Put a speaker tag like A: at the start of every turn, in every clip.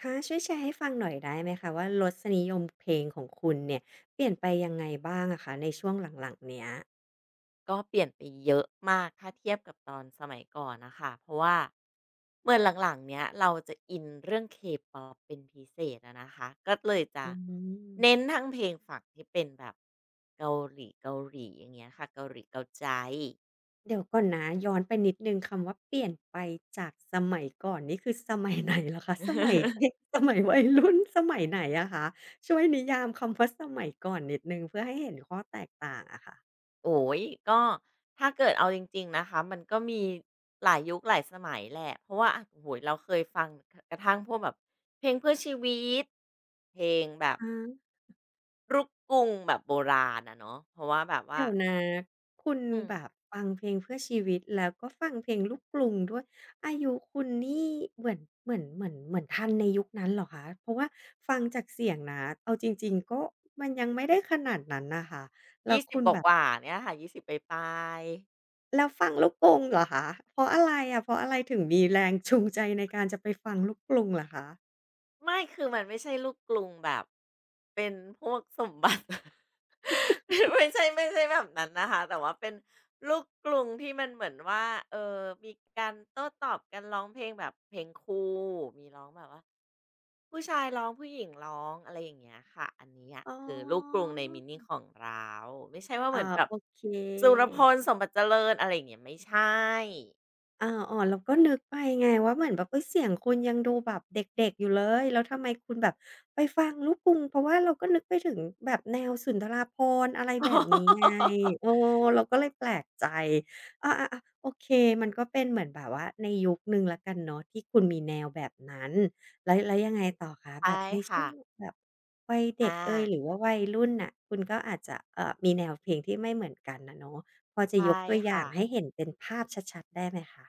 A: คะช่วยแชร์ให้ฟังหน่อยได้ไหมคะว่ารสนิยมเพลงของคุณเนี่ยเปลี่ยนไปยังไงบ้างอะคะในช่วงหลังๆเนี้ย
B: ก็เปลี่ยนไปเยอะมากถ้าเทียบกับตอนสมัยก่อนนะค่ะเพราะว่าเหมือนหลังๆเนี้ยเราจะอินเรื่อง K-pop เป็นพิเศษอะนะคะก็เลยจะ
A: อืม
B: เน้นทั้งเพลงฝั่งที่เป็นแบบเกาหลีเกาหลีอย่างเงี้ยค่ะเกาหลีเกาใจ
A: เดี๋ยวก่อนนะย้อนไปนิดหนึ่งคำว่าเปลี่ยนไปจากสมัยก่อนนี่คือสมัยไหนเหรอคะสมัยเด็ก สมัยวัยรุ่นสมัยไหนอะคะช่วยนิยามคำว่าสมัยก่อนนิดหนึ่งเพื่อให้เห็นข้อแตกต่างอะค่ะ
B: โอ้โก็ถ้าเกิดเอาจริงๆนะคะมันก็มีหลายยุคหลายสมัยแหละเพราะว่าอ่ะโอ้โฮเราเคยฟังกระทั่งพวกแบบเพลงเพื่อชีวิตเพลงแบบ
A: อา
B: ลูกกรุงแบบโบราณอะเนาะเพราะว่าแบบว่า
A: เดี๋ยวนะคุณ
B: อืม
A: แบบฟังเพลงเพื่อชีวิตแล้วก็ฟังเพลงลูกกรุงด้วยอายุคุณนี่เหมือนเหมือนเหมือนเหมือนทันในยุคนั้นเหรอคะเพราะว่าฟังจากเสียงนะเอาจริงๆก็มันยังไม่ได้ขนาดนั้นน่ะค่ะ
B: ยี่สิบกว่าๆเนี่ยค่ะ20ปลายๆ
A: แล้วฟังลูกกรุงเหรอคะเพราะอะไรอะเพราะอะไรถึงมีแรงจูงใจในการจะไปฟังลูกกรุงเหรอคะ
B: ไม่คือมันไม่ใช่ลูกกรุงแบบเป็นพวกสมบัติ ไม่ใช่ไม่ใช่แบบนั้นนะคะแต่ว่าเป็นลูกกรุงที่มันเหมือนว่ามีการโต้ตอบกันร้องเพลงแบบเพลงครูมีร้องแบบว่า ผู้ชายร้องผู้หญิงร้องอะไรอย่างเงี้ยค่ะอันนี้อะ
A: อ๋
B: คือลูกกรุ
A: อ
B: งในมินิของเราไม่ใช่ว่าเห
A: อา
B: มือนแบบ
A: โอเค
B: สุรพลสมบัติเจริญอะไรอย่างเงี้ยไม่ใช่
A: อาอ๋อเราก็นึกไปไงว่าเหมือนแบบเฮ้ยเสียงคุณยังดูแบบเด็กๆอยู่เลยแล้วทำไมคุณแบบไปฟังลูกกรุงเพราะว่าเราก็นึกไปถึงแบบแนวสุนทราภรณ์อะไรแบบนี้ไงเออ เราก็เลยแปลกใจอาๆๆโอเคมันก็เป็นเหมือนแบบว่าในยุคหนึ่งแล้วกันเนาะที่คุณมีแนวแบบนั้นแล้วแล้วยังไงต่อคะแบ
B: ใช่
A: บในช่
B: ค่ะ
A: วงแบบวัยเด็ก
B: อา
A: เอยหรือว่าวัยรุ่นน่ะคุณก็อาจจะมีแนวเพลงที่ไม่เหมือนกันอะเนาะพอจะย
B: ใช่
A: กตัวอย่า
B: ค่ะ
A: งให้เห็นเป็นภาพชัดๆได้ไหมคะ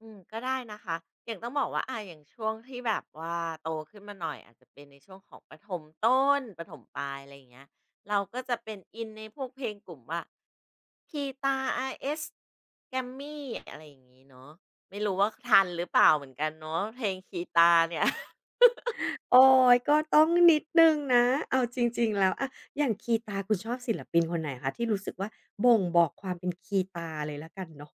B: อืมก็ได้นะคะอย่างต้องบอกว่าอะอย่างช่วงที่แบบว่าโตขึ้นมาหน่อยอาจจะเป็นในช่วงของประถมต้นประถมปลายอะไรอย่างเงี้ย เราก็จะเป็นอินในพวกเพลงกลุ่มว่า KETA RS Grammy อาร์เอสแกมมี่อะไรอย่างงี้เนาะไม่รู้ว่าทันหรือเปล่าเหมือนกันเนาะเพลง k ี t a เนี่ย
A: โอ๊ยก็ต้องนิดหนึ่งนะ เอาจริงๆ แล้วอะอย่างคีตาคุณชอบศิลปินคนไหนคะที่รู้สึกว่าบ่งบอกความเป็นคีตาเลยแล้วกันเนาะ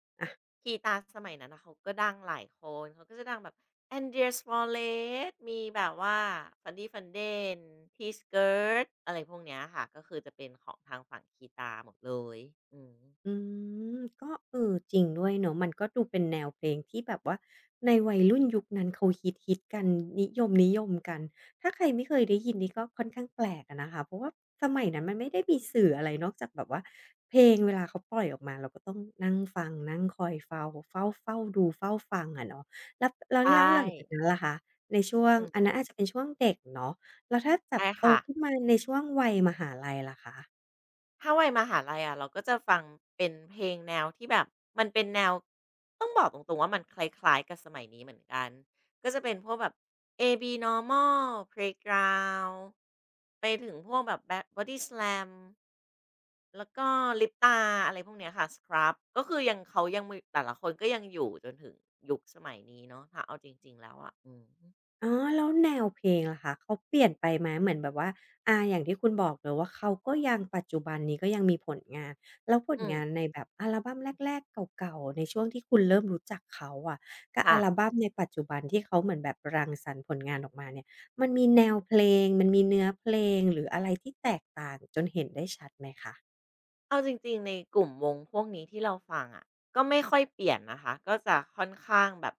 B: กีตาร์สมัยนั้นนะเขาก็ดังหลายคนเขาก็จะดังแบบ Andreas m a l l e t t มีแบบว่า Fanny f a n d è n T-Skirt อะไรพวกเนี้ยค่ะก็คือจะเป็นของทางฝั่งกีตาร์หมดเลยอืม
A: อืมก็เออจริงด้วยเนาะมันก็ดูเป็นแนวเพลงที่แบบว่าในวัยรุ่นยุคนั้นเขาฮิตฮิตกันนิยมนิยมกันถ้าใครไม่เคยได้ยินนี่ก็ค่อนข้างแปลกอะนะคะเพราะว่าสมัยนั้นมันไม่ได้มีสื่ออะไรนอกจากแบบว่าเพลงเวลาเขาปล่อยออกมาเราก็ต้องนั่งฟังนั่งคอยเฝ้าเฝ้าเฝ้าดูเฝ้าฟังอะเนาะแล้วแล้
B: ใช
A: วแล้วหลัง
B: ่
A: จากนั้นล่ะคะในช่วง
B: อืม
A: อันนั้นอาจจะเป็นช่วงเด็กเนาะแล้วถ้าแบบ
B: ใช่
A: โต
B: ค่ะ
A: ขึ้นมาในช่วงวัยมหาลัยล่ะคะ
B: ถ้าวัยมหาลัยอะเราก็จะฟังเป็นเพลงแนวที่แบบมันเป็นแนวต้องบอกตรงๆว่ามันคล้ายๆกับสมัยนี้เหมือนกันก็จะเป็นพวกแบบ AB Normal Playground ไปถึงพวกแบบ Ba Bodyslam แล้วก็ลิปตาอะไรพวกเนี้ยค่ะสครับก็คือยังเขายังมีแต่ละคนก็ยังอยู่จนถึงยุคสมัยนี้เนาะถ้าเอาจริงๆแล้วอะอืม
A: อ๋อแล้วแนวเพลงล่ะคะเขาเปลี่ยนไปไหมเหมือนแบบว่าอาอย่างที่คุณบอกเลยว่าเขาก็ยังปัจจุบันนี้ก็ยังมีผลงานแล้วผล
B: อืม
A: งานในแบบอัลบัมแรกๆเก่าๆในช่วงที่คุณเริ่มรู้จักเขาอะกับ
B: ค่ะ
A: อัลบัมในปัจจุบันที่เขาเหมือนแบบรังสรรค์ผลงานออกมาเนี่ยมันมีแนวเพลงมันมีเนื้อเพลงหรืออะไรที่แตกต่างจนเห็นได้ชัดไหมคะ
B: เอาจริงๆ ในกลุ่มวงพวกนี้ที่เราฟังอะก็ไม่ค่อยเปลี่ยนนะคะก็จะค่อนข้างแบบ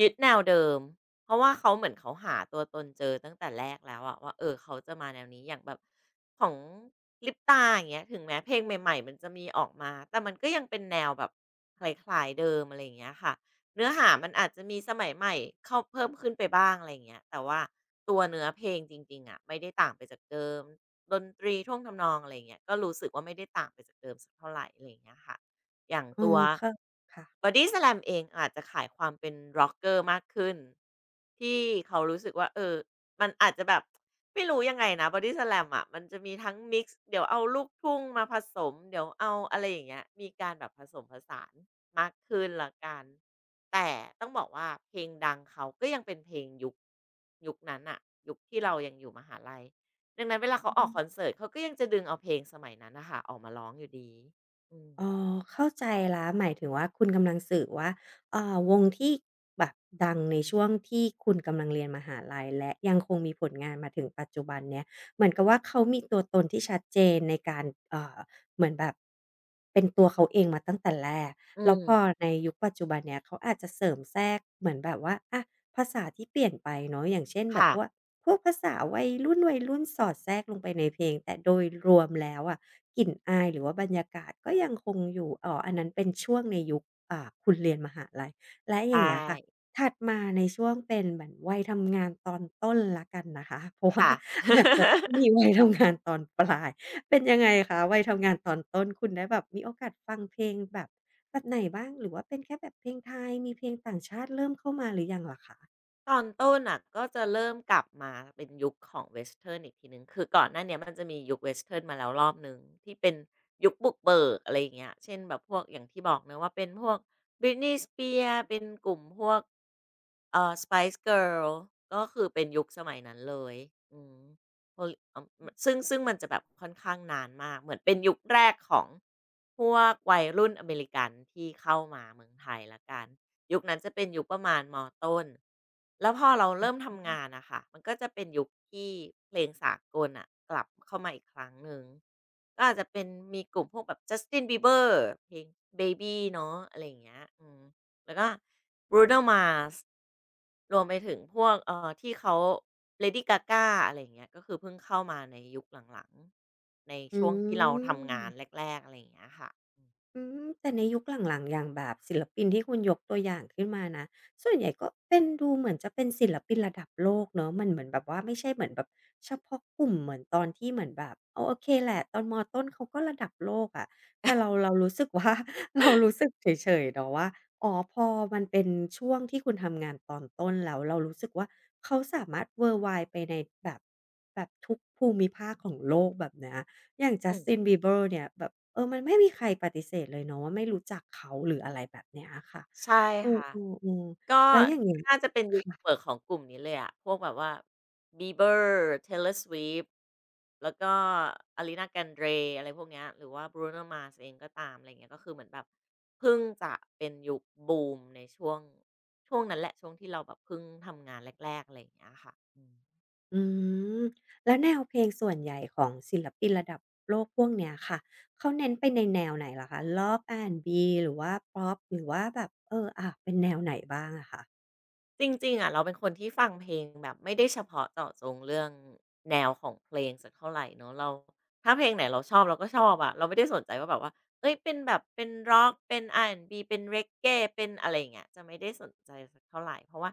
B: ยึดแนวเดิมเพราะว่าเขาเหมือนเขาหาตัวตนเจอตั้งแต่แรกแล้วอะว่าเออเขาจะมาแนวนี้อย่างแบบของลิปตาอย่างเงี้ยถึงแม้เพลงใหม่ๆมันจะมีออกมาแต่มันก็ยังเป็นแนวแบบคล้ายๆเดิมอะไรอย่างเงี้ยค่ะเนื้อหามันอาจจะมีสมัยใหม่เข้าเพิ่มขึ้นไปบ้างอะไรอย่างเงี้ยแต่ว่าตัวเนื้อเพลงจริงๆอะไม่ได้ต่างไปจากเดิม ดนตรีท่วงทำนองอะไรอย่างเงี้ยก็รู้สึกว่าไม่ได้ต่างไปจากเดิมสักเท่าไรอะไรอย่างเงี้ยค่ะอย่าง
A: อ๋อ
B: ตัว
A: ค่ะค่
B: Body Slam เองอาจจะขายความเป็นร็อกเกอร์มากขึ้นที่เขารู้สึกว่าเออมันอาจจะแบบไม่รู้ยังไงนะ Body Slam อะมันจะมีทั้งมิกซ์เดี๋ยวเอาลูกทุ่งมาผสมเดี๋ยวเอาอะไรอย่างเงี้ยมีการแบบผสมผสานมากขึ้นแล้วกันแต่ต้องบอกว่าเพลงดังเขาก็ยังเป็นเพลงยุคนั้นน่ะยุคที่เรายังอยู่มหาลัย ดังนั้นเวลาเขา
A: ะ
B: ออกคอนเสิร์ตเขาก็ยังจะดึงเอาเพลงสมัยนั้นนะคะออกมาร้องอยู่ดี อืม
A: อ๋อเข้าใจแล้วหมายถึงว่าคุณกำลังสื่อว่าอ่าวงที่แบบดังในช่วงที่คุณกำลังเรียนมหาลัยและยังคงมีผลงานมาถึงปัจจุบันเนี่ยเหมือนกับว่าเขามีตัวตนที่ชัดเจนในการเอ่อเหมือนแบบเป็นตัวเขาเองมาตั้งแต่แรก
B: อื
A: แล้วพอ
B: ม
A: ในยุคปัจจุบันเนี่ยเขาอาจจะเสริมแทรกเหมือนแบบว่าอะภาษาที่เปลี่ยนไปเนาะอย่างเช่นแบบ
B: ค่ะ
A: ว่าพวกภาษาวัยรุ่นๆสอดแทรกลงไปในเพลงแต่โดยรวมแล้วอะ กลิ่นอายหรือว่าบรรยากาศก็ยังคงอยู่อ๋ออันนั้นเป็นช่วงในยุคอ่าคุณเรียนมหาลัยและอ
B: ใช่
A: ย่างเงี้ยค่ะถัดมาในช่วงเป็นเหมือนวัยทำงานตอนต้นแล้วกันนะคะ เพราะว่า
B: ค่
A: อาจ
B: ะ
A: จะต้องมีวัยทำงานตอนปลายเป็นยังไงคะวัยทำงานตอนต้นคุณได้แบบมีโอกาสฟังเพลงแบบแบบไหนบ้างหรือว่าเป็นแค่แบบเพลงไทยมีเพลงต่างชาติเริ่มเข้ามาหรือยังเหรอคะ
B: ตอนต้นน่ะก็จะเริ่มกลับมาเป็นยุคของเวสเทิร์นอีกทีหนึ่งคือก่อนหน้าเนี้ยมันจะมียุคเวสเทิร์นมาแล้วรอบหนึ่งที่เป็นยุคบุกเบิกอะไรอย่างเงี้ยเช่นแบบพวกอย่างที่บอกเนาะว่าเป็นพวก Britney Spears เป็นกลุ่มพวกSpice Girls ก็คือเป็นยุคสมัยนั้นเลยอืม Hol อซึ่งมันจะแบบค่อนข้างนานมากเหมือนเป็นยุคแรกของพวกวัยรุ่นอเมริกันที่เข้ามาเมืองไทยแล้วกัน ยุคนั้นจะเป็นยุคประมาณมต้นแล้วพอเราเริ่มทำงานนะค่ะมันก็จะเป็นยุคที่เพลงสากลนะกลับเข้ามาอีกครั้งหนึ่ง ก็อาจจะเป็นมีกลุ่มพวกแบบ Justin Bieber เพลง Baby เนาะอะไรอย่างเงี้ยอืมแล้วก็ Bruno Mars รวมไปถึงพวกที่เขา Lady Gaga อะไรอย่างเงี้ย ก็คือเพิ่งเข้ามาในยุคหลังๆใน
A: อื
B: ช่วงที่เราทำงาน
A: ม
B: แรกๆ อะไรอย่างเงี้ยค่ะ
A: อืมแต่ในยุคหลังๆอย่างแบบศิลปินที่คุณยกตัวอย่างขึ้นมานะส่วนใหญ่ก็เป็นดูเหมือนจะเป็นศิลปินระดับโลกเนาะมันเหมือนแบบว่าไม่ใช่เหมือนแบบเฉพาะกลุ่มเหมือนตอนที่เหมือนแบบโอเคแหละตอนมต้นเขาก็ระดับโลกอะแต่เรารู้สึกว่า เรารู้สึกเฉยๆเนาะว่าอ๋อพอมันเป็นช่วงที่คุณทำงานตอนต้นแล้วเรารู้สึกว่าเขาสามารถ worldwide ไปในแบบแบบทุกภูมิภาคของโลกแบบเนี้ย อย่าง
B: อืม
A: Justin Bieber เนี่ยแบบมันไม่มีใครปฏิเสธเลยเนาะว่าไม่รู้จักเขาหรืออะไรแบบเนี้ยอะค่ะ
B: ใช่
A: เออ
B: ค่ะ
A: ๆ
B: ก็
A: ๆแล้วอย่างเงี้ย
B: น่าจะเป็นยูทูบเบอ
A: ค่ะ
B: ร์ของกลุ่มนี้เลยอะพวกแบบว่า Bieber Taylor Swift แล้วก็ Ariana Grande อะไรพวกเนี้ยหรือว่า Bruno Mars เองก็ตามอะไรเงี้ยก็คือเหมือนแบบเพิ่งจะเป็นยุคบูมในช่วงนั้นแหละช่วงที่เราแบบเพิ่งทำงานแรกๆอะไรอย่างเงี้ยค่ะอืม
A: อืมแล้วแนวเพลงส่วนใหญ่ของศิลปินระดับโลกพวกเนี้ยค่ะเขาเน้นไปในแนวไหนเหรอคะร็อกอาร์แอนด์บีหรือว่าพ็อปหรือว่าแบบอะเป็นแนวไหนบ้างอะคะ
B: จริงๆอะเราเป็นคนที่ฟังเพลงแบบไม่ได้เฉพาะเจาะจงเรื่องแนวของเพลงสักเท่าไรเนาะเราถ้าเพลงไหนเราชอบเราก็ชอบอะเราไม่ได้สนใจว่าแบบว่า เอ้ยเป็นแบบเป็นร็อกเป็น R&B เป็น Reggae เป็นอะไรอย่างเงี้ยจะไม่ได้สนใจสักเท่าไรเพราะว่า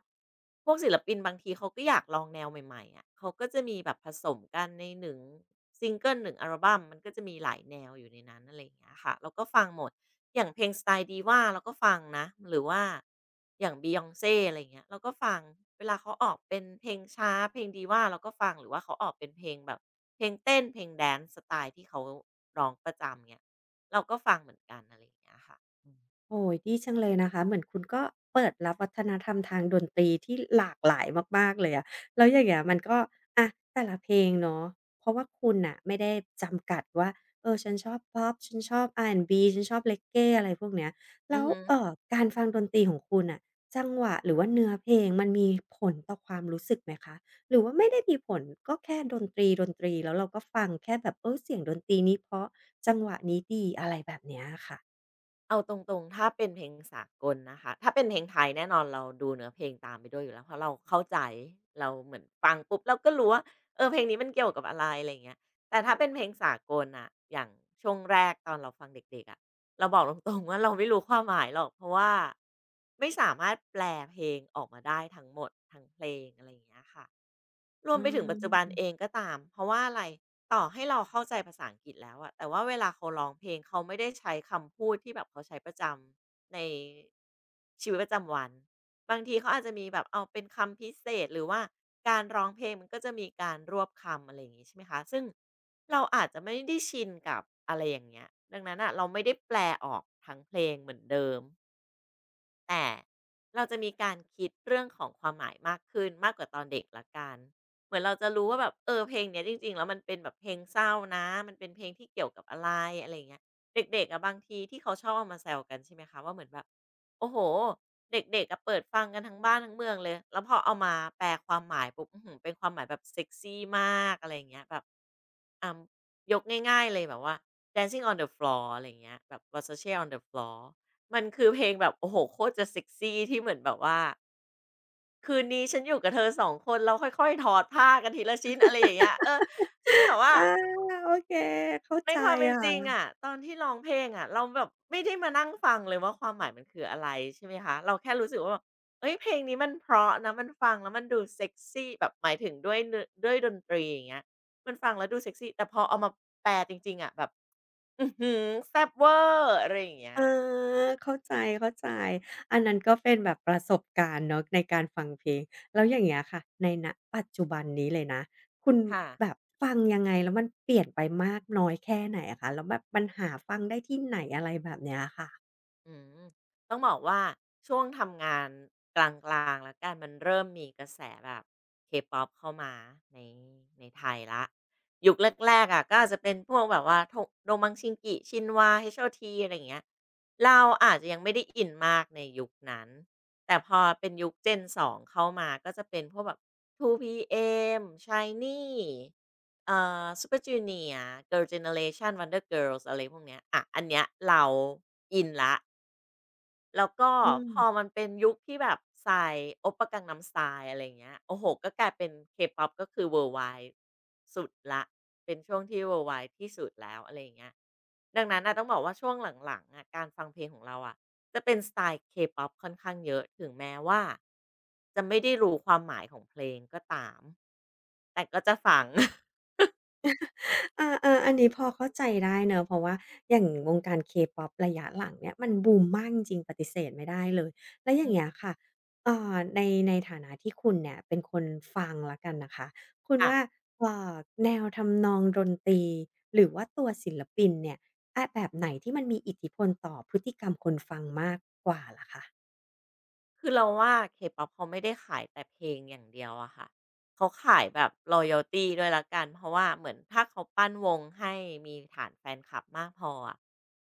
B: พวกศิลปินบางทีเขาก็อยากลองแนวใหม่ๆอะเขาก็จะมีแบบผสมกันในหนึ่งซิงเกิลหนึ่งอัลบัมมันก็จะมีหลายแนวอยู่ในนั้นอะไรอย่างเงี้ยค่ะเราก็ฟังหมดอย่างเพลงสไตล์ Diva เราก็ฟังนะหรือว่าอย่าง Beyonce อะไรอย่างเงี้ยเราก็ฟังเวลาเขาออกเป็นเพลงช้าเพลง Diva เราก็ฟังหรือว่าเขาออกเป็นเพลงแบบเพลงเต้นเพลงแดนซ์สไตล์ที่เขาร้องประจำเงี้ย เราก็ฟังเหมือนกันอะไรอย่างเงี้ยค่ะอืม
A: โอ้ยดีจังเลยนะคะเหมือนคุณก็เปิดรับวัฒนธรรมทางดนตรีที่หลากหลายมากๆเลยอะแล้วอย่างเงี้ยมันก็อะแต่ละเพลงเนาะเพราะว่าคุณน่ะไม่ได้จำกัดว่าฉันชอบพ็อปฉันชอบ R&B ฉันชอบเ e g g a e อะไรพวกเนี้ย
B: อื
A: แล้
B: อ
A: ว
B: ฮึ
A: การฟังดนตรีของคุณน่ะจังหวะหรือว่าเนื้อเพลงมันมีผลต่อความรู้สึกไหมคะหรือว่าไม่ได้มีผลก็แค่ดนตรีแล้วเราก็ฟังแค่แบบเสียงดนตรีนี้เพราะจังหวะนี้ดีอะไรแบบเนี้ยอะค่ะ
B: เอาตรงๆถ้าเป็นเพลงสากลนะคะ ถ้าเป็นเพลงไทยแน่นอนเราดูเนื้อเพลงตามไปด้วยอยู่แล้วเพราะเราเข้าใจเราเหมือนฟังปุ๊บเราก็รู้ว่าเออเพลงนี้มันเกี่ยวกับอะไรอะไรเงี้ยแต่ถ้าเป็นเพลงสากลน่ะอย่างช่วงแรกตอนเราฟังเด็กๆอะเราบอกตรงๆว่าเราไม่รู้ความหมายหรอกเพราะว่าไม่สามารถแปลเพลงออกมาได้ทั้งหมดทั้งเพลงอะไรอย่างเงี้ยค่ะ รว
A: อ
B: มไปถึงปัจจุ
A: า
B: บันเองก็ตาม เพราะว่าอะไรต่อให้เราเข้าใจภาษาอังกฤษแล้วอะแต่ว่าเวลาเขาร้องเพลงเขาไม่ได้ใช้คำพูดที่แบบเขาใช้ประจำในชีวิตประจำวัน บางทีเขาอาจจะมีแบบเอาเป็นคำพิเศษหรือว่าการร้องเพลงมันก็จะมีการรวบคำอะไรอย่างงี้ใช่ไหมคะซึ่งเราอาจจะไม่ได้ชินกับอะไรอย่างเงี้ยดังนั้นอะเราไม่ได้แปลออกทั้งเพลงเหมือนเดิม แต่เราจะมีการคิดเรื่องของความหมายมากขึ้นมากกว่าตอนเด็กละกันเหมือนเราจะรู้ว่าแบบเออเพลงเนี้ยจริงๆแล้วมันเป็นแบบเพลงเศร้านะมันเป็นเพลงที่เกี่ยวกับอะไรอะไรเงี้ยเด็กๆอะบางทีที่เขาชอบเอามาแซวกันใช่ไหมคะว่าเหมือนแบบโอ้โหเด็กๆอะเปิดฟังกันทั้งบ้านทั้งเมืองเลยแล้วพอเอามาแปลความหมายปุ๊บอื้อหือเป็นความหมายแบบเซกซีมากอะไรเงี้ยแบบอ่ายกง่ายๆเลยแบบว่า Dancing on the Floor อะไรเงี้ยแบบ Versace on the Floor มันคือเพลงแบบโอ้โฮโคตรจะเซกซีที่เหมือนแบบว่าคืนนี้ฉันอยู่กับเธอ2คนเราค่อยๆถอดผ้ากันทีละชิ้นอะไรอย่างเงี้ยเออซึ่งแบบว่า
A: อาโอเคเข้า
B: ใน
A: ใจ
B: ความเป็นจ
A: ค่
B: ริง
A: ะ
B: อะตอนที่ร้องเพลงอะเราแบบไม่ได้มานั่งฟังเลยว่าความหมายมันคืออะไรใช่ไหมคะเราแค่รู้สึกว่าแบบเฮ้ยเพลงนี้มันเพราะนะมันฟังแล้วมันดูเซกซีแบบหมายถึงด้วยเนื้อด้วยดนตรีอย่างเงี้ยมันฟังแล้วดูเซกซีแต่พอเอามาแปลจริงๆอะแบบอื้อฮือแซ่บเวอร์อะไรอย่างเงี้ย
A: เอาเข้าใจๆอันนั้นก็เป็นแบบประสบการณ์เนาะในการฟังเพลงแล้วอย่างเงี้ยค่ะในณปัจจุบันนี้เลยนะคุณ
B: ค่ะ
A: แบบฟังยังไงแล้วมันเปลี่ยนไปมากน้อยแค่ไหนอะคะแล้วแบบมันหาฟังได้ที่ไหนอะไรแบบเนี้ยค่ะ
B: อืมต้องบอกว่าช่วงทำงานกลางๆแล้วกันมันเริ่มมีกระแสแบบ K-pop เข้ามาในในไทยแล้วยุคแรกๆอะก็อาจจะเป็นพวกแบบว่าโทโดมังชิงกิชินวาเฮ w a h ทีอะไรอย่างเงี้ยเราอาจจะยังไม่ได้อินมากในยุคนั้นแต่พอเป็นยุคเจนสอ2เข้ามาก็จะเป็นพวกแบบ 2PM s h i n e เอ่Super Junior Girl Generation Wonder Girls อะไรพวกเนี้ยอะอันเนี้ยเราอินละ แล้วก็
A: อืม
B: พอมันเป็นยุคที่แบบ Psy o โอป g ะกังน m Style อะไรอย่างเงี้ยโอ้โฮก็กลายเป็น K-pop ก็คือ worldwide สุดแล้วเป็นช่วงที่ worldwide ที่สุดแล้วอะไรอย่างเงี้ยดังนั้นน่ะต้องบอกว่าช่วงหลังๆอะการฟังเพลงของเราอะจะเป็นสไตล์ K-pop ค่อนข้างเยอะถึงแม้ว่าจะไม่ได้รู้ความหมายของเพลงก็ตามแต่ก็จะฟัง
A: อาๆอันนี้พอเข้าใจได้เนอะเพราะว่าอย่างวงการ K-pop ระยะหลังเนี่ยมันบูมมากจริงๆปฏิเสธไม่ได้เลยแล้วอ
B: อื
A: ย่าง
B: ม
A: เงี้ยค่ะในฐานะที่คุณเนี่ยเป็นคนฟังแล้วกันนะคะคุ ณ
B: ค่ะ
A: ว่าเอ่อแนวทำนองดนตรีหรือว่าตัวศิลปินเนี่ยอะแบบไหนที่มันมีอิทธิพลต่อพฤติกรรมคนฟังมากกว่าล่ะคะ
B: คือเราว่า K-pop เขาไม่ได้ขายแต่เพลงอย่างเดียวอะค่ะเขาขายแบบรอยัลตี้ด้วยแล้วกันเพราะว่าเหมือนถ้าเขาปั้นวงให้มีฐานแฟนคลับมากพออะ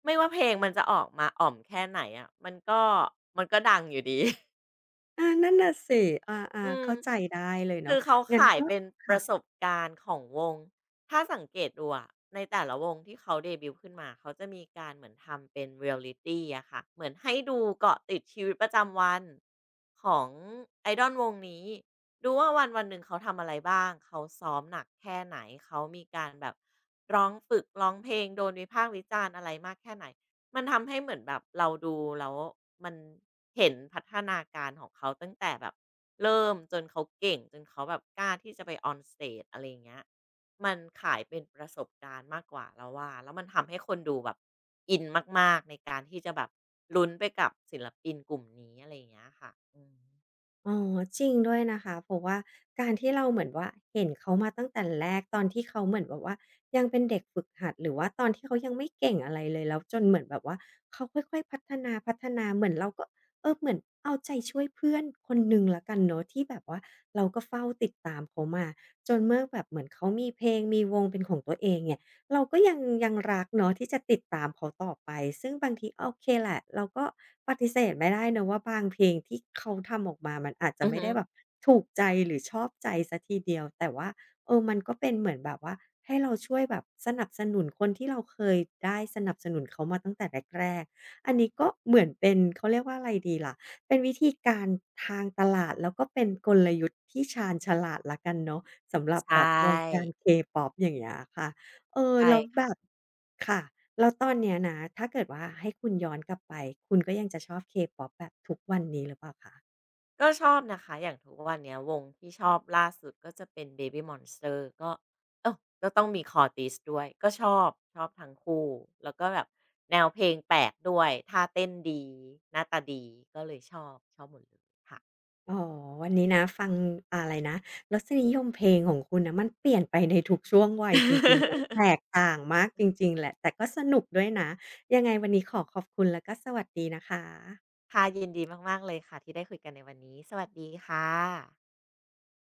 B: ไม่ว่าเพลงมันจะออกมาอ่อมแค่ไหนอะมันก็ดังอยู่ดี
A: อานั่นน่ะสิอา
B: อื
A: ๆ
B: ม
A: เข้าใจได้เลย
B: คื
A: เนาะ
B: อเขา
A: งั้น
B: ขาย
A: ก็
B: เป็นประส
A: ค่ะ
B: บการณ์ของวง ถ้าสังเกตดูอะในแต่ละวงที่เขาเดบิวต์ขึ้นมา เขาจะมีการเหมือนทำเป็นเรียลลิตีอะค่ะ เหมือนให้ดูเกาะติดชีวิตประจำวันของไอดอลวงนี้ ดูว่าวันวันหนึ่งเขาทำอะไรบ้าง เขาซ้อมหนักแค่ไหน เขามีการแบบร้องฝึกร้องเพลงโดนวิพากษ์วิจารณ์อะไรมากแค่ไหน มันทำให้เหมือนแบบเราดูแล้วมันเห็นพัฒนาการของเขาตั้งแต่แบบเริ่มจนเขาเก่งจนเขาแบบกล้าที่จะไป on stage อะไรอย่างเงี้ยมันขายเป็นประสบการณ์มากกว่าแลราว่าแล้วมันทำให้คนดูแบบอินมากๆในการที่จะแบบลุ้นไปกับศิลปินกลุ่มนี้อะไรอย่างเงี้ยค่ะอืม
A: อ๋อจริงด้วยนะคะเพราะว่าการที่เราเหมือนว่าเห็นเขามาตั้งแต่แรกตอนที่เขาเหมือนแบบว่ายังเป็นเด็กฝึกหัดหรือว่าตอนที่เขายังไม่เก่งอะไรเลยแล้วจนเหมือนแบบว่าเขาค่อยๆพัฒนาเหมือนเราก็เหมือนเอาใจช่วยเพื่อนคนหนึ่งแล้วกันเนาะที่แบบว่าเราก็เฝ้าติดตามเขามาจนเมื่อแบบเหมือนเขามีเพลงมีวงเป็นของตัวเองเนี่ย เราก็ยังรักเนาะที่จะติดตามเขาต่อไปซึ่งบางทีโอเคแหละเราก็ปฏิเสธไม่ได้นะว่าบางเพลงที่เขาทำออกมามันอาจจะ
B: อือ
A: ไม่
B: ฮึ
A: ได้แบบถูกใจหรือชอบใจเสียทีเดียวแต่ว่ามันก็เป็นเหมือนแบบว่าให้เราช่วยแบบสนับสนุนคนที่เราเคยได้สนับสนุนเขามาตั้งแต่แรกๆอันนี้ก็เหมือนเป็นเขาเรียกว่าอะไรดีล่ะเป็นวิธีการทางตลาดแล้วก็เป็นกลยุทธ์ที่ชาญฉลาดแล้วกันเนาะสำหรับ
B: ใช
A: แบบวง
B: ่
A: การ K-pop อย่างเงี้ยค่ะ
B: ใช่
A: แล้วแบ
B: ค่ะ
A: บค่ะแล้วตอนเนี้ยนะถ้าเกิดว่าให้คุณย้อนกลับไปคุณก็ยังจะชอบเคป๊อปแบบทุกวันนี้หรือเปล่าคะ
B: ก็ชอบนะคะอย่างทุกวันเนี้ยวงที่ชอบล่าสุดก็จะเป็น Baby Monster ก็เออก็ต้องมี Cortez ด้วยก็ชอบชอบทั้งคู่แล้วก็แบบแนวเพลงแปลกด้วยท่าเต้นดีหน้าตาดีก็เลยชอบชอบหมดเลยค่ะ
A: อ๋อวันนี้นะฟังอ่าอะไรนะรสนิยมเพลงของคุณน่ะมันเปลี่ยนไปในทุกช่วงวัยจริงๆมันแต กต่างมากจริงๆแหละแต่ก็สนุกด้วยนะยังไงวันนี้ขอขอบคุณแล้วก็สวัสดีนะคะ
B: ค่ะยินดีมากๆเลยค่ะที่ได้คุยกันในวันนี้สวัสดีค่ะ